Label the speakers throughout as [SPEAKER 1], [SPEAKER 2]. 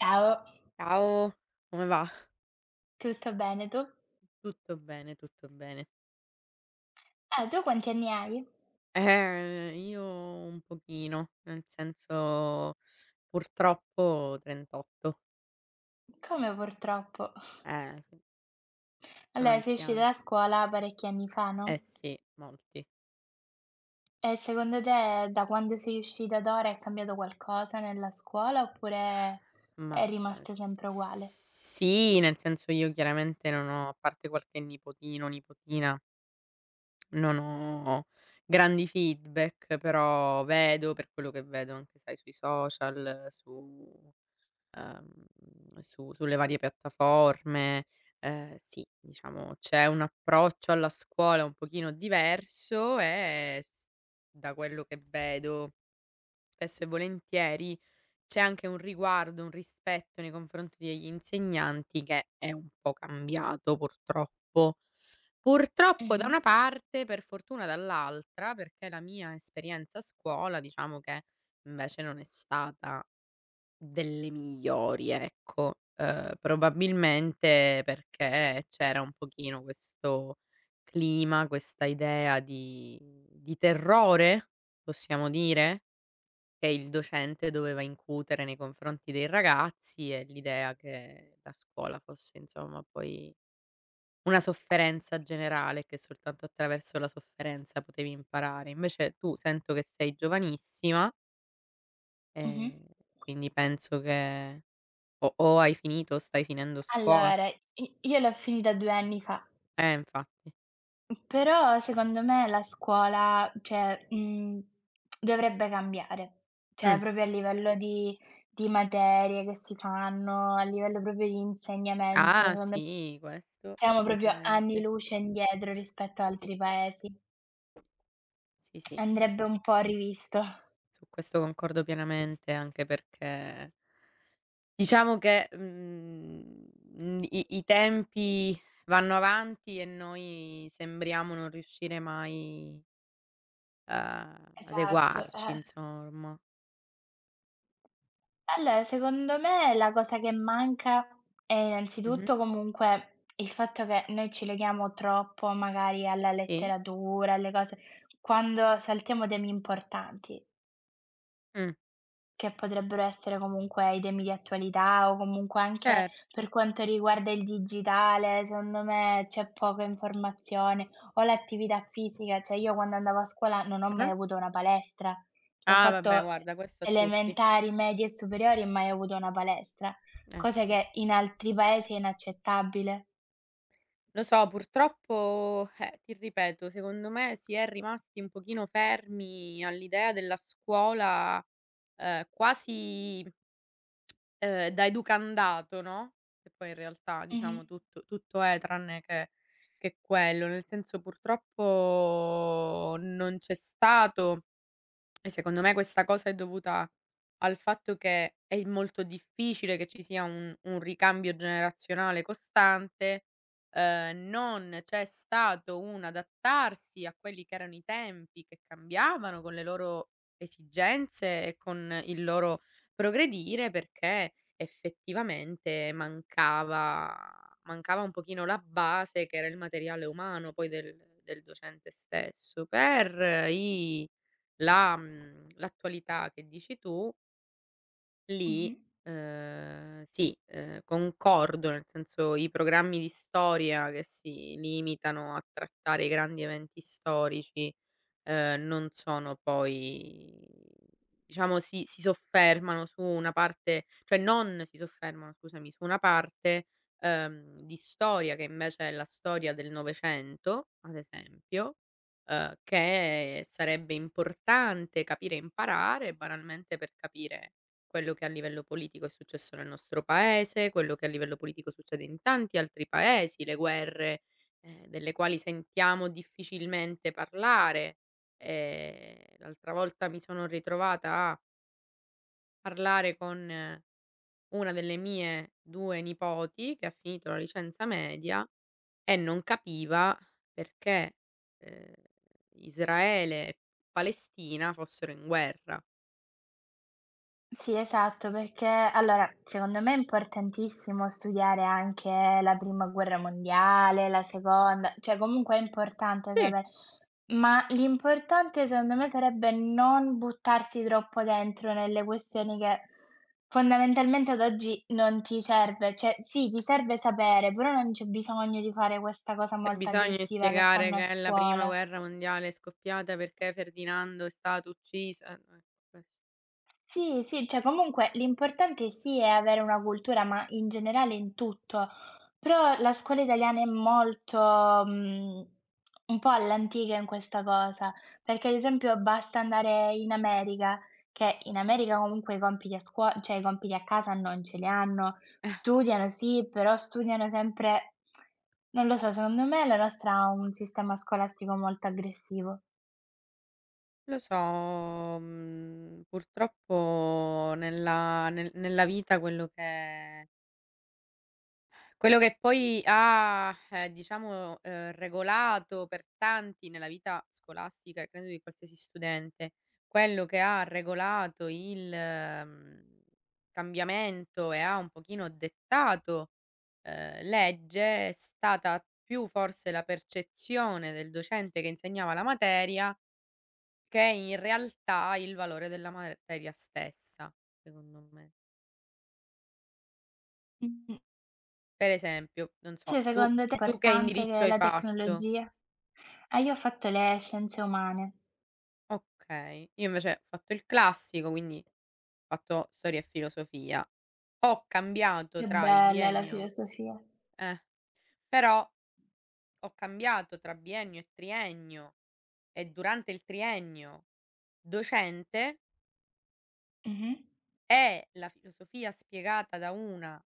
[SPEAKER 1] Ciao,
[SPEAKER 2] Ciao, come va?
[SPEAKER 1] tutto bene tu?
[SPEAKER 2] Tutto bene, tutto bene.
[SPEAKER 1] Ah, tu quanti anni hai?
[SPEAKER 2] Io un pochino, nel senso purtroppo 38.
[SPEAKER 1] Come purtroppo?
[SPEAKER 2] Sì, sono
[SPEAKER 1] Allora, sei uscita
[SPEAKER 2] anziana.
[SPEAKER 1] da scuola parecchi anni fa, no?
[SPEAKER 2] Eh sì, molti.
[SPEAKER 1] E secondo te da quando sei uscita ad ora è cambiato qualcosa nella scuola oppure è
[SPEAKER 2] Ma eh,
[SPEAKER 1] rimasto sempre uguale?
[SPEAKER 2] sì, nel senso io chiaramente non ho, a parte qualche nipotino, nipotina, non ho grandi feedback, però vedo per quello che vedo anche, sai, sui social, su ehm, mhmm, su sulle varie piattaforme. Sì, diciamo c'è un approccio alla scuola un pochino diverso e s da quello che vedo, spesso e volentieri, c'è anche un riguardo, un rispetto nei confronti degli insegnanti che è un po' cambiato purtroppo. Purtroppo da
[SPEAKER 1] Mh-mh,
[SPEAKER 2] una parte, per fortuna dall'altra, perché la mia esperienza a scuola diciamo che invece non è stata delle migliori, ecco. Probabilmente perché c'era un pochino questo clima, questa idea di terrore, possiamo dire, che il docente doveva incutere nei confronti dei ragazzi e l'idea che la scuola fosse insomma poi una sofferenza generale, che soltanto attraverso la sofferenza potevi imparare. Invece tu sento che sei giovanissima,
[SPEAKER 1] mh-mh.
[SPEAKER 2] ehm, quindi penso che o hai finito o stai finendo scuola.
[SPEAKER 1] Allora, i io l'ho finita 2 anni fa.
[SPEAKER 2] Infatti.
[SPEAKER 1] Però secondo me la scuola, cioè, dovrebbe cambiare. Cioè,
[SPEAKER 2] Mh.
[SPEAKER 1] proprio a livello di materie che si fanno, a livello proprio di insegnamento,
[SPEAKER 2] Ah,
[SPEAKER 1] secondo me
[SPEAKER 2] sì, questo
[SPEAKER 1] siamo proprio anni
[SPEAKER 2] assolutamente.
[SPEAKER 1] luce indietro rispetto a
[SPEAKER 2] Sì,
[SPEAKER 1] altri paesi.
[SPEAKER 2] sì, sì, su
[SPEAKER 1] Andrebbe un po' rivisto.
[SPEAKER 2] su questo concordo pienamente, anche perché diciamo che, i tempi vanno avanti e noi sembriamo non riuscire mai a
[SPEAKER 1] Esatto,
[SPEAKER 2] adeguarci,
[SPEAKER 1] eh.
[SPEAKER 2] insomma.
[SPEAKER 1] Allora, secondo me la cosa che manca è
[SPEAKER 2] Mh-mh.
[SPEAKER 1] innanzitutto comunque il fatto che noi ci leghiamo troppo magari alla
[SPEAKER 2] Sì?
[SPEAKER 1] letteratura, alle cose, quando saltiamo temi importanti.
[SPEAKER 2] Mh,
[SPEAKER 1] Che potrebbero essere comunque i temi di attualità o comunque anche per
[SPEAKER 2] certo.
[SPEAKER 1] quanto riguarda il digitale, secondo me c'è poca informazione, o l'attività fisica, cioè io quando andavo a scuola non ho mai
[SPEAKER 2] Ah-ah.
[SPEAKER 1] avuto una palestra. Cioè, ho
[SPEAKER 2] Ah,
[SPEAKER 1] fatto
[SPEAKER 2] vabbè guarda questo a tutti.
[SPEAKER 1] elementari, medie e superiori e mai avuto una palestra,
[SPEAKER 2] Eh
[SPEAKER 1] cosa
[SPEAKER 2] sì.
[SPEAKER 1] che in altri paesi è inaccettabile.
[SPEAKER 2] Lo so, purtroppo, ti ripeto, secondo me si è rimasti un pochino fermi all'idea della scuola, quasi, da educandato, no, che poi in realtà,
[SPEAKER 1] Mh-mh,
[SPEAKER 2] diciamo, tutto è tranne che quello. Nel senso, purtroppo non c'è stato e secondo me questa cosa è dovuta al fatto che è molto difficile che ci sia un ricambio generazionale costante, non c'è stato un adattarsi a quelli che erano i tempi che cambiavano con le loro esigenze e con il loro progredire, perché effettivamente mancava un pochino la base che era il materiale umano poi del docente stesso per l'attualità che dici tu,
[SPEAKER 1] mh-mh.
[SPEAKER 2] lì, sì, concordo, nel senso i programmi di storia che si limitano a trattare i grandi eventi storici, non sono poi diciamo si soffermano su una parte, cioè non si soffermano, scusami, su una parte, di storia che invece è la storia del Novecento, ad esempio, che sarebbe importante capire e imparare banalmente per capire quello che a livello politico è successo nel nostro paese, quello che a livello politico succede in tanti altri paesi, le guerre, delle quali sentiamo difficilmente parlare. L'altra volta mi sono ritrovata a parlare con una delle mie 2 nipoti che ha finito la licenza media e non capiva perché, ehm, Israele e Palestina fossero in guerra.
[SPEAKER 1] Sì, esatto, perché allora secondo me è importantissimo studiare anche la prima guerra mondiale, la seconda, cioè comunque è importante
[SPEAKER 2] Sì,
[SPEAKER 1] saper, ma l'importante secondo me sarebbe non buttarsi troppo dentro nelle questioni che fondamentalmente ad oggi non ti serve, cioè sì, ti serve sapere, però non c'è bisogno di fare questa cosa
[SPEAKER 2] c'è
[SPEAKER 1] molto
[SPEAKER 2] bisogno di
[SPEAKER 1] aggressiva che
[SPEAKER 2] spiegare
[SPEAKER 1] fanno a
[SPEAKER 2] che la prima
[SPEAKER 1] scuola.
[SPEAKER 2] guerra mondiale è scoppiata perché Ferdinando è stato ucciso, no, ques
[SPEAKER 1] Sì, sì, cioè comunque l'importante sì è avere una cultura, ma in generale in tutto. Però la scuola italiana è molto, un po' all'antica in questa cosa, perché ad esempio basta andare in America, che in America comunque i compiti a scuo cioè i compiti a casa non ce li hanno, studiano sì, però studiano sempre, non lo so, secondo me la nostra ha un sistema scolastico molto aggressivo.
[SPEAKER 2] Lo so, purtroppo nella vita quello che quello che poi ha, diciamo, regolato per tanti nella vita scolastica e credo di qualsiasi studente, quello che ha regolato il, cambiamento e ha un pochino dettato, legge è stata più forse la percezione del docente che insegnava la materia, che in realtà il valore della materia stessa, secondo me.
[SPEAKER 1] Mh-mh.
[SPEAKER 2] Per esempio, non so,
[SPEAKER 1] Cioè,
[SPEAKER 2] tu
[SPEAKER 1] secondo te è
[SPEAKER 2] tu che
[SPEAKER 1] importante che
[SPEAKER 2] indirizzo hai
[SPEAKER 1] la
[SPEAKER 2] fatto?
[SPEAKER 1] tecnologia? Ah, io ho fatto le scienze umane.
[SPEAKER 2] Okay. Io invece ho fatto il classico, quindi ho fatto storia e filosofia. Ho cambiato
[SPEAKER 1] Che
[SPEAKER 2] tra il
[SPEAKER 1] bella la
[SPEAKER 2] biennio
[SPEAKER 1] filosofia.
[SPEAKER 2] eh, però ho cambiato tra biennio e triennio e durante il triennio docente
[SPEAKER 1] Mh-mh.
[SPEAKER 2] e la filosofia spiegata da una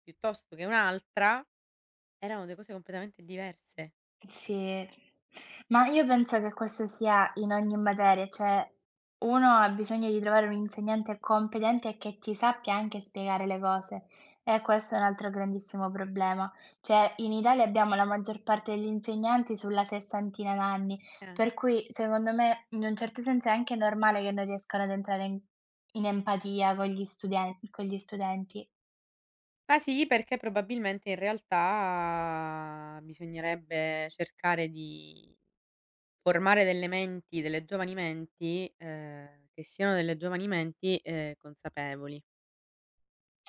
[SPEAKER 2] piuttosto che un'altra erano 2 cose completamente diverse.
[SPEAKER 1] Sì, ma io penso che questo sia in ogni materia, cioè uno ha bisogno di trovare un insegnante competente che ti sappia anche spiegare le cose e questo è un altro grandissimo problema. Cioè in Italia abbiamo la maggior parte degli insegnanti sulla sessantina d'anni,
[SPEAKER 2] Eh.
[SPEAKER 1] per cui secondo me in un certo senso è anche normale che non riescano ad entrare in in empatia con gli studenti.
[SPEAKER 2] Ma sì, perché probabilmente in realtà bisognerebbe cercare di formare delle menti, delle giovani menti, che siano delle giovani menti, consapevoli.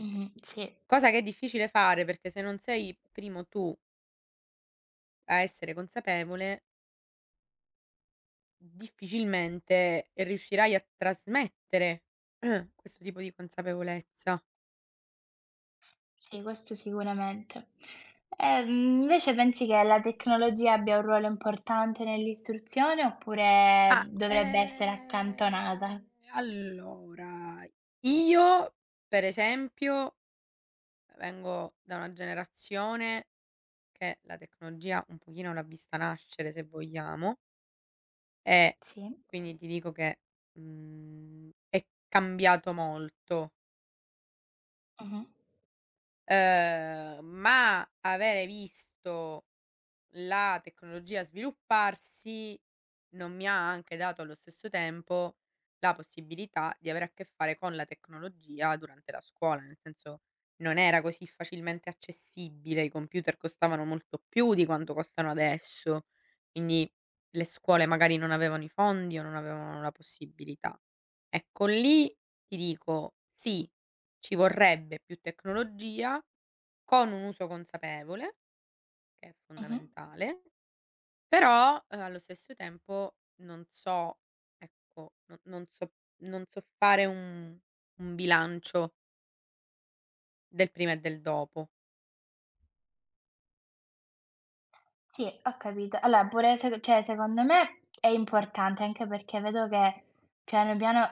[SPEAKER 1] Mh-mh, sì.
[SPEAKER 2] Cosa che è difficile fare perché se non sei primo tu a essere consapevole, difficilmente riuscirai a trasmettere questo tipo di consapevolezza.
[SPEAKER 1] Sì, questo sicuramente. Ehm, Invece pensi che la tecnologia abbia un ruolo importante nell'istruzione oppure
[SPEAKER 2] Ah,
[SPEAKER 1] dovrebbe essere accantonata?
[SPEAKER 2] allora, io per esempio vengo da una generazione che la tecnologia un pochino l'ha vista nascere, se vogliamo. Eh,
[SPEAKER 1] Sì.
[SPEAKER 2] quindi ti dico che, è cambiato molto,
[SPEAKER 1] Mh-mh.
[SPEAKER 2] ma avere visto la tecnologia svilupparsi, non mi ha anche dato allo stesso tempo la possibilità di avere a che fare con la tecnologia durante la scuola, nel senso non era così facilmente accessibile, i computer costavano molto più di quanto costano adesso, quindi le scuole magari non avevano i fondi o non avevano la possibilità. Ecco, lì ti dico sì, ci vorrebbe più tecnologia con un uso consapevole, che è
[SPEAKER 1] Mh-mh.
[SPEAKER 2] fondamentale, però, allo stesso tempo non so fare un bilancio del prima e del dopo.
[SPEAKER 1] Sì, ho capito. Allora pure sec cioè secondo me è importante, anche perché vedo che piano piano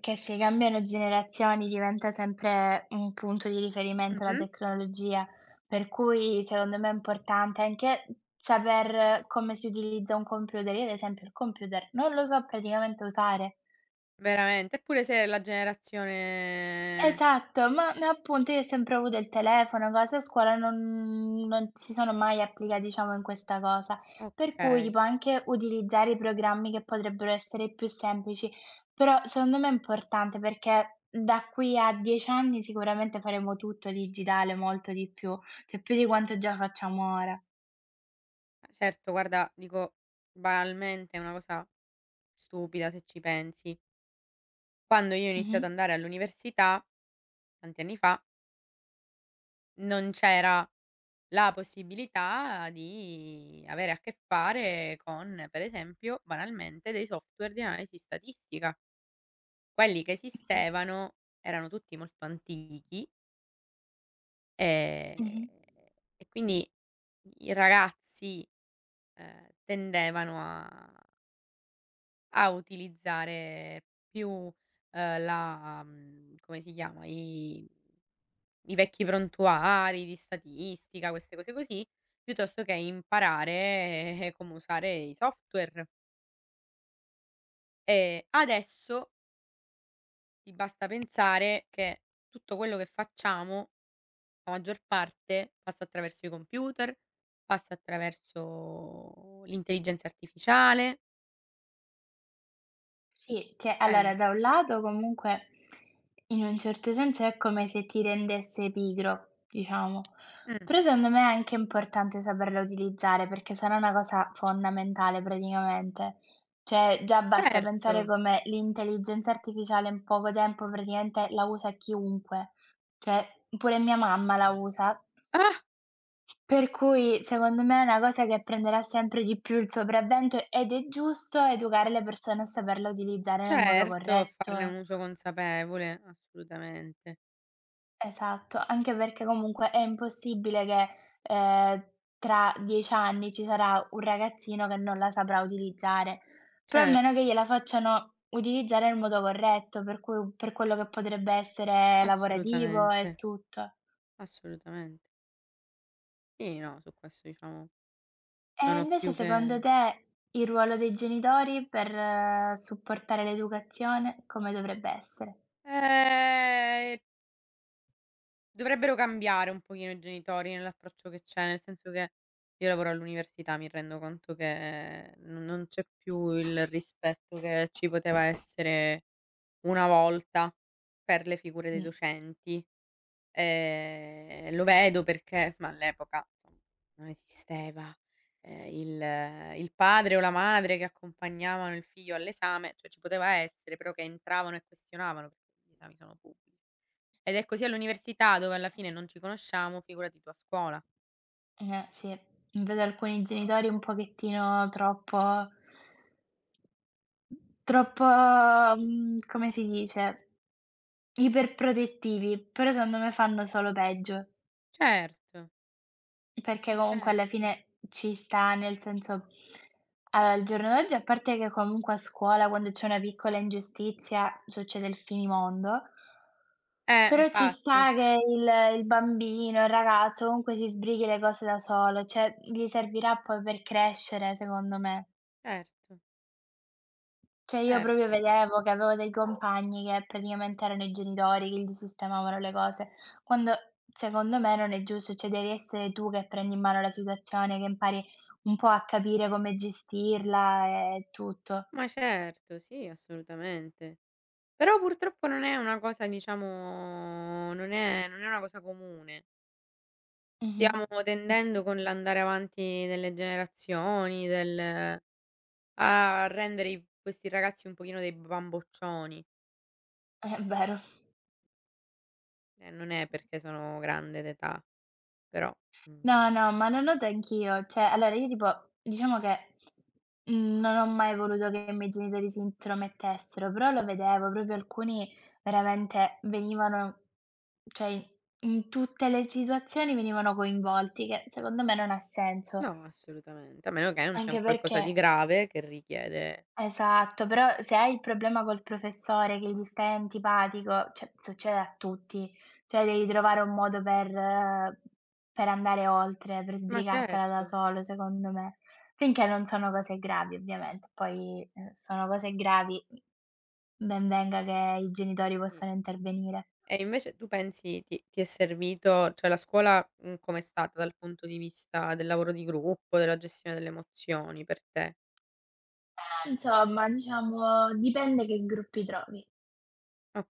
[SPEAKER 1] che si cambiano generazioni diventa sempre un punto di riferimento la
[SPEAKER 2] Mh-mh.
[SPEAKER 1] tecnologia, per cui secondo me è importante anche saper come si utilizza un computer. Io ad esempio il computer non lo so praticamente usare.
[SPEAKER 2] Veramente. Eppure se la generazione
[SPEAKER 1] Esatto, ma appunto io ho sempre avuto il telefono, cose a scuola non si sono mai applica diciamo in questa cosa, per cui
[SPEAKER 2] okay.
[SPEAKER 1] tipo anche utilizzare i programmi che potrebbero essere più semplici, però secondo me è importante perché da qui a 10 anni sicuramente faremo tutto digitale, molto di più, cioè più di quanto già facciamo ora.
[SPEAKER 2] Ah, certo, guarda, dico banalmente è una cosa stupida se ci pensi. Quando io ho
[SPEAKER 1] Mh-mh.
[SPEAKER 2] iniziato ad andare all'università, tanti anni fa, non c'era la possibilità di avere a che fare con, per esempio, banalmente, dei software di analisi statistica. Quelli che
[SPEAKER 1] Sì.
[SPEAKER 2] esistevano erano tutti molto antichi, ehm,
[SPEAKER 1] Mh-mh.
[SPEAKER 2] e quindi i ragazzi, tendevano a utilizzare più, come si chiama, i vecchi prontuari di statistica, queste cose così, piuttosto che imparare come usare i software. E adesso ti basta pensare che tutto quello che facciamo, la maggior parte, passa attraverso i computer, passa attraverso l'intelligenza artificiale.
[SPEAKER 1] Sì, che allora da un
[SPEAKER 2] Pensaci.
[SPEAKER 1] lato comunque in un certo senso è come se ti rendesse pigro, diciamo.
[SPEAKER 2] Mh,
[SPEAKER 1] Però secondo me è anche importante saperla utilizzare perché sarà una cosa fondamentale praticamente. Cioè già basta pensare
[SPEAKER 2] certo.
[SPEAKER 1] come l'intelligenza artificiale in poco tempo praticamente la usa chiunque. Cioè pure mia mamma la usa, per cui, secondo me, è una cosa che prenderà sempre di più il sopravvento ed è giusto educare le persone a saperla utilizzare nel modo
[SPEAKER 2] Certo, farne un
[SPEAKER 1] corretto.
[SPEAKER 2] uso consapevole, assolutamente.
[SPEAKER 1] Esatto, anche perché comunque è impossibile che, ehm, tra 10 anni ci sarà un ragazzino che non la saprà utilizzare, però almeno
[SPEAKER 2] Certo,
[SPEAKER 1] che gliela facciano utilizzare nel modo corretto, per cui per quello che potrebbe essere lavorativo
[SPEAKER 2] assolutamente,
[SPEAKER 1] e tutto.
[SPEAKER 2] assolutamente. Sì, no, su questo diciamo
[SPEAKER 1] E
[SPEAKER 2] non ho
[SPEAKER 1] invece
[SPEAKER 2] più
[SPEAKER 1] secondo
[SPEAKER 2] che
[SPEAKER 1] te il ruolo dei genitori per supportare l'educazione come dovrebbe essere?
[SPEAKER 2] ehm, dovrebbero cambiare un pochino i genitori nell'approccio che c'è, nel senso che io lavoro all'università, mi rendo conto che no non c'è più il rispetto che ci poteva essere una volta per le figure dei
[SPEAKER 1] Mh,
[SPEAKER 2] docenti. Lo vedo perché ma all'epoca, insomma, non esisteva, il padre o la madre che accompagnavano il figlio all'esame, cioè ci poteva essere, però che entravano e questionavano perché gli esami sono pubblici. Ed è così all'università dove alla fine non ci conosciamo, figurati tu a scuola.
[SPEAKER 1] eh sì, vedo alcuni genitori un pochettino troppo troppo, come si dice, iperprotettivi, però secondo me fanno solo peggio.
[SPEAKER 2] Certo,
[SPEAKER 1] Perché
[SPEAKER 2] ma
[SPEAKER 1] comunque alla
[SPEAKER 2] certo.
[SPEAKER 1] fine ci sta, nel senso allora al giorno d'oggi, a parte che comunque a scuola quando c'è una piccola ingiustizia succede il finimondo, però ci
[SPEAKER 2] Infatti,
[SPEAKER 1] sta che il bambino, il ragazzo comunque si sbrighi le cose da solo, cioè gli servirà poi per crescere secondo me.
[SPEAKER 2] certo,
[SPEAKER 1] Cioè io proprio
[SPEAKER 2] certo.
[SPEAKER 1] vedevo che avevo dei compagni che praticamente erano i genitori che gli sistemavano le cose, quando secondo me non è giusto, cioè devi essere tu che prendi in mano la situazione, che impari un po' a capire come gestirla e tutto.
[SPEAKER 2] Ma certo, sì, assolutamente. Però purtroppo non è una cosa diciamo non è una cosa comune.
[SPEAKER 1] Mh-mh.
[SPEAKER 2] Stiamo
[SPEAKER 1] Sì,
[SPEAKER 2] tendendo con l'andare avanti delle generazioni, del a rendere i questi ragazzi un pochino dei bamboccioni,
[SPEAKER 1] è vero.
[SPEAKER 2] e non è perché sono grande d'età, però,
[SPEAKER 1] No, no,
[SPEAKER 2] mhmm,
[SPEAKER 1] ma lo noto anch'io. Cioè, allora io tipo diciamo che, non ho mai voluto che i miei genitori si intromettessero, però lo vedevo, proprio alcuni veramente venivano, cioè in in tutte le situazioni venivano coinvolti, che secondo me non ha senso,
[SPEAKER 2] no, assolutamente, a meno che non c'è un
[SPEAKER 1] anche
[SPEAKER 2] qualcosa di
[SPEAKER 1] perché,
[SPEAKER 2] grave che richiede
[SPEAKER 1] esatto, però se hai il problema col professore che gli stai antipatico, cioè succede a tutti, cioè devi trovare un modo per andare oltre, per
[SPEAKER 2] ma
[SPEAKER 1] sbrigartela da
[SPEAKER 2] certo,
[SPEAKER 1] solo secondo me, finché non sono cose gravi ovviamente, poi, sono cose gravi, ben venga che i genitori
[SPEAKER 2] sì.
[SPEAKER 1] possano intervenire.
[SPEAKER 2] E invece tu pensi ti è servito cioè la scuola, com'è stata dal punto di vista del lavoro di gruppo, della gestione delle emozioni per te?
[SPEAKER 1] Insomma, diciamo dipende che gruppi trovi.
[SPEAKER 2] O